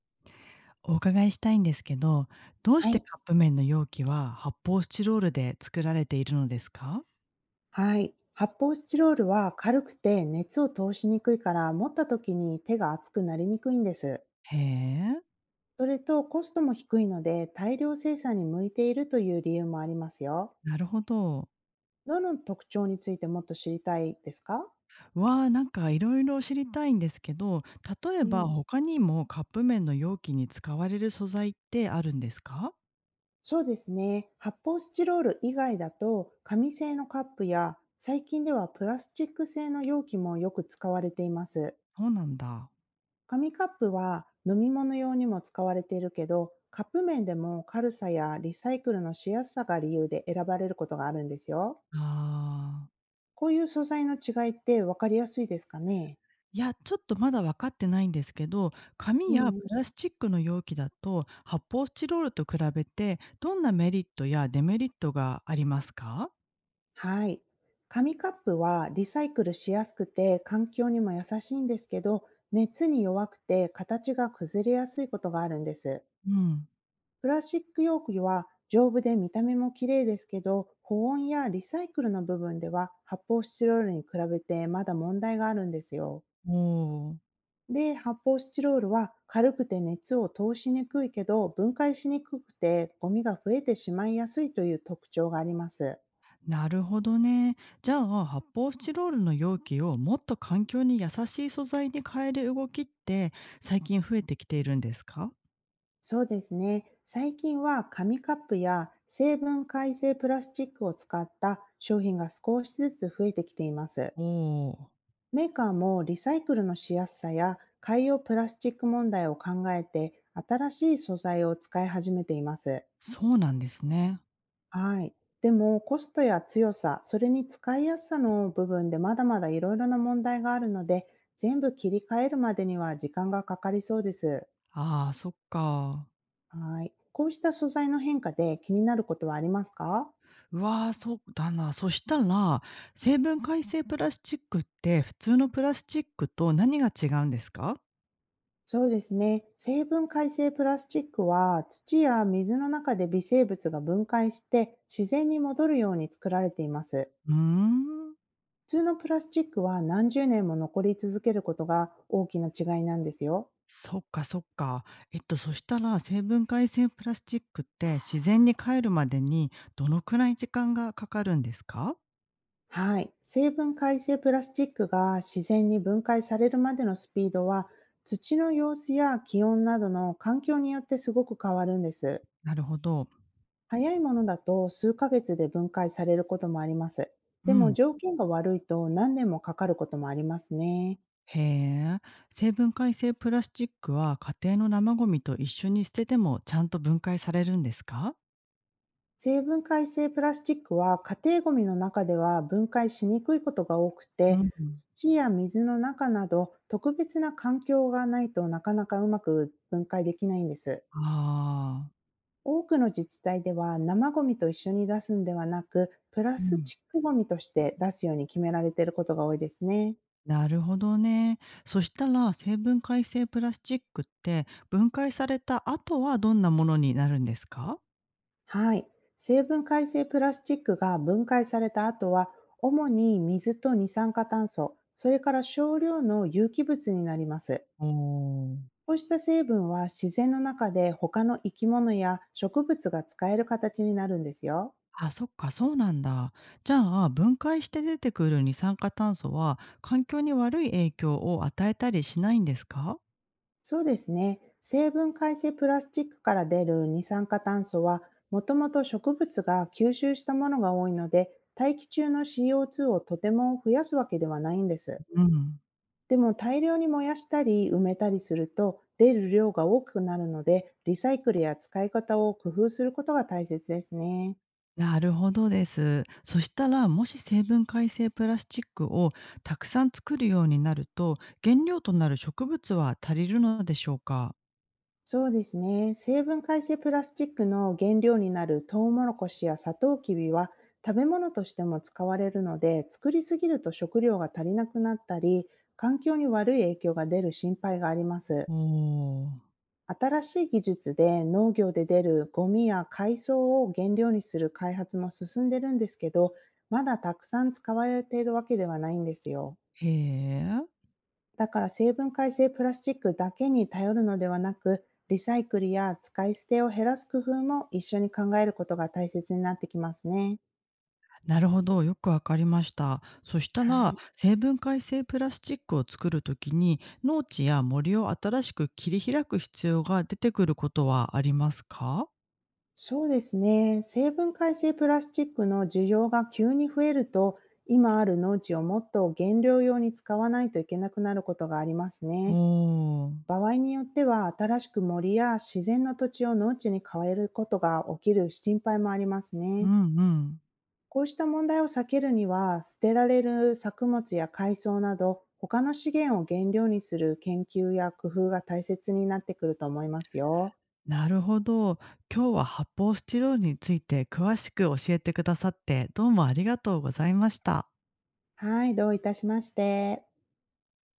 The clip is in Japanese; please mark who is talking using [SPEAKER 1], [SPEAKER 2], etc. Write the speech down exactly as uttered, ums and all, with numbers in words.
[SPEAKER 1] お伺いしたいんですけど、どう
[SPEAKER 2] は
[SPEAKER 1] して
[SPEAKER 2] い。
[SPEAKER 1] カップ麺の容器は発泡スチロールで作られているのですか？
[SPEAKER 2] はい。発泡スチロールは軽くて熱を通しにくいから、持った時に手が熱くなりにくいんです。
[SPEAKER 1] へえ、
[SPEAKER 2] それと、コストも低いので大量生産に向いているという理由もありますよ。
[SPEAKER 1] なるほど。
[SPEAKER 2] どの特徴についてもっと知りたいですか？
[SPEAKER 1] わあ、なんかいろいろ知りたいんですけど、例え
[SPEAKER 2] う
[SPEAKER 1] ば
[SPEAKER 2] ん。
[SPEAKER 1] 他にもカップ麺の容器に使われる素材ってあるんですか？
[SPEAKER 2] そうですね。発泡スチロール以外だと、紙製のカップや最近ではプラスチック製の容器もよく使われています。
[SPEAKER 1] そうなんだ。
[SPEAKER 2] 紙カップは飲み物用にも使われているけど、カップ麺でも軽さやリサイクルのしやすさが理由で選ばれることがあるんですよ。
[SPEAKER 1] ああ、
[SPEAKER 2] こういう素材の違いって分かりやすいですかね？
[SPEAKER 1] いや、ちょっとまだ分かってないんですけど、
[SPEAKER 2] う
[SPEAKER 1] 紙やプ
[SPEAKER 2] ん。
[SPEAKER 1] ラスチックの容器だと発泡スチロールと比べてどんなメリットやデメリットがありますか？
[SPEAKER 2] はい。紙カップはリサイクルしやすくて環境にも優しいんですけど、熱に弱くて形が崩れやすいことがあるんです。
[SPEAKER 1] うん。
[SPEAKER 2] プラスチック容器は丈夫で見た目も綺麗ですけど、保温やリサイクルの部分では発泡スチロールに比べてまだ問題があるんですよ。
[SPEAKER 1] おお、
[SPEAKER 2] で、発泡スチロールは軽くて熱を通しにくいけど、分解しにくくてゴミが増えてしまいやすいという特徴があります。
[SPEAKER 1] なるほどね。じゃあ、発泡スチロールの容器をもっと環境に優しい素材に変える動きって、最近増えてきているんですか？
[SPEAKER 2] そうですね。最近は紙カップや成分改正プラスチックを使った商品が少しずつ増えてきています。
[SPEAKER 1] おおー、
[SPEAKER 2] メーカーもリサイクルのしやすさや海洋プラスチック問題を考えて、新しい素材を使い始めています。
[SPEAKER 1] そうなんですね。
[SPEAKER 2] はい。でも、コストや強さ、それに使いやすさの部分でまだまだいろいろな問題があるので、全部切り替えるまでには時間がかかりそうです。
[SPEAKER 1] ああ、そっか。
[SPEAKER 2] はい。こうした素材の変化で気になることはありますか？
[SPEAKER 1] うわー、そうだな。そしたら、成分解性プラスチックって、普通のプラスチックと何が違うんですか？
[SPEAKER 2] そうですね。成分解成プラスチックは土や水の中で微生物が分解して、自然に戻るように作られています。
[SPEAKER 1] うーん。
[SPEAKER 2] 普通のプラスチックは何十年も残り続けることが大きな違いなんですよ。
[SPEAKER 1] そっかそっか。えっと、そしたら、生分解性プラスチックって自然に帰るまでにどのくらい時間がかかるんですか？
[SPEAKER 2] はい。成分解成プラスチックが自然に分解されるまでのスピードは、土の様子や気温などの環境によってすごく変わるんです。
[SPEAKER 1] なるほど。
[SPEAKER 2] 早いものだと数ヶ月で分解されることもあります。
[SPEAKER 1] う
[SPEAKER 2] でも、
[SPEAKER 1] ん。
[SPEAKER 2] 条件が悪いと何年もかかることもありますね。
[SPEAKER 1] へえ。生分解性プラスチックは家庭の生ゴミと一緒に捨ててもちゃんと分解されるんですか？
[SPEAKER 2] 生分解性プラスチックは家庭ごみの中では分解しにくいことが多く
[SPEAKER 1] う
[SPEAKER 2] て、
[SPEAKER 1] ん。
[SPEAKER 2] 土や水の中など特別な環境がないと、なかなかうまく分解できないんです。
[SPEAKER 1] ああ。
[SPEAKER 2] 多くの自治体では、生ゴミと一緒に出すんではなく、プラ
[SPEAKER 1] う
[SPEAKER 2] ス
[SPEAKER 1] ん。
[SPEAKER 2] チックゴミとして出すように決められていることが多いですね。
[SPEAKER 1] なるほどね。そしたら、生分解性プラスチックって分解された後はどんなものになるんですか？
[SPEAKER 2] はい。成分解性プラスチックが分解された後は、主に水と二酸化炭素、それから少量の有機物になります。
[SPEAKER 1] おおー。
[SPEAKER 2] こうした成分は自然の中で他の生き物や植物が使える形になるんですよ。
[SPEAKER 1] あ、そっか、そうなんだ。じゃあ、分解して出てくる二酸化炭素は、環境に悪い影響を与えたりしないんですか？
[SPEAKER 2] そうですね。成分解性プラスチックから出る二酸化炭素は、もともと植物が吸収したものが多いので、大気中の シーオーツー をとても増やすわけではないんです。
[SPEAKER 1] うん、
[SPEAKER 2] でも、大量に燃やしたり埋めたりすると出る量が多くなるので、リサイクルや使い方を工夫することが大切ですね。
[SPEAKER 1] なるほどです。そしたら、もし生分解性プラスチックをたくさん作るようになると、原料となる植物は足りるのでしょうか？
[SPEAKER 2] そうですね。成分解性プラスチックの原料になるトウモロコシやサトウキビは食べ物としても使われるので、作りすぎると食料が足りなくなったり、環境に悪い影響が出る心配があります。
[SPEAKER 1] おお、
[SPEAKER 2] 新しい技術で、農業で出るゴミや海藻を原料にする開発も進んでるんですけど、まだたくさん使われているわけではないんですよ。
[SPEAKER 1] へえ。
[SPEAKER 2] だから、成分解成プラスチックだけに頼るのではなく、リサイクルや使い捨てを減らす工夫も一緒に考えることが大切になってきますね。
[SPEAKER 1] なるほど、よくわかりました。そした
[SPEAKER 2] は
[SPEAKER 1] ら、
[SPEAKER 2] い。
[SPEAKER 1] 生分解性プラスチックを作るときに、農地や森を新しく切り開く必要が出てくることはありますか？
[SPEAKER 2] そうですね。成分解成プラスチックの需要が急に増えると、今ある農地をもっと原料用に使わないといけなくなることがありますね。
[SPEAKER 1] おー、
[SPEAKER 2] 場合によっては、新しく森や自然の土地を農地に変えることが起きる心配もあります
[SPEAKER 1] う
[SPEAKER 2] ね。
[SPEAKER 1] んうん。
[SPEAKER 2] こうした問題を避けるには、捨てられる作物や海藻など、他の資源を原料にする研究や工夫が大切になってくると思いますよ。
[SPEAKER 1] なるほど。今日は発泡スチロールについて詳しく教えてくださって、どうもありがとうございました。
[SPEAKER 2] はい、どういたしまして。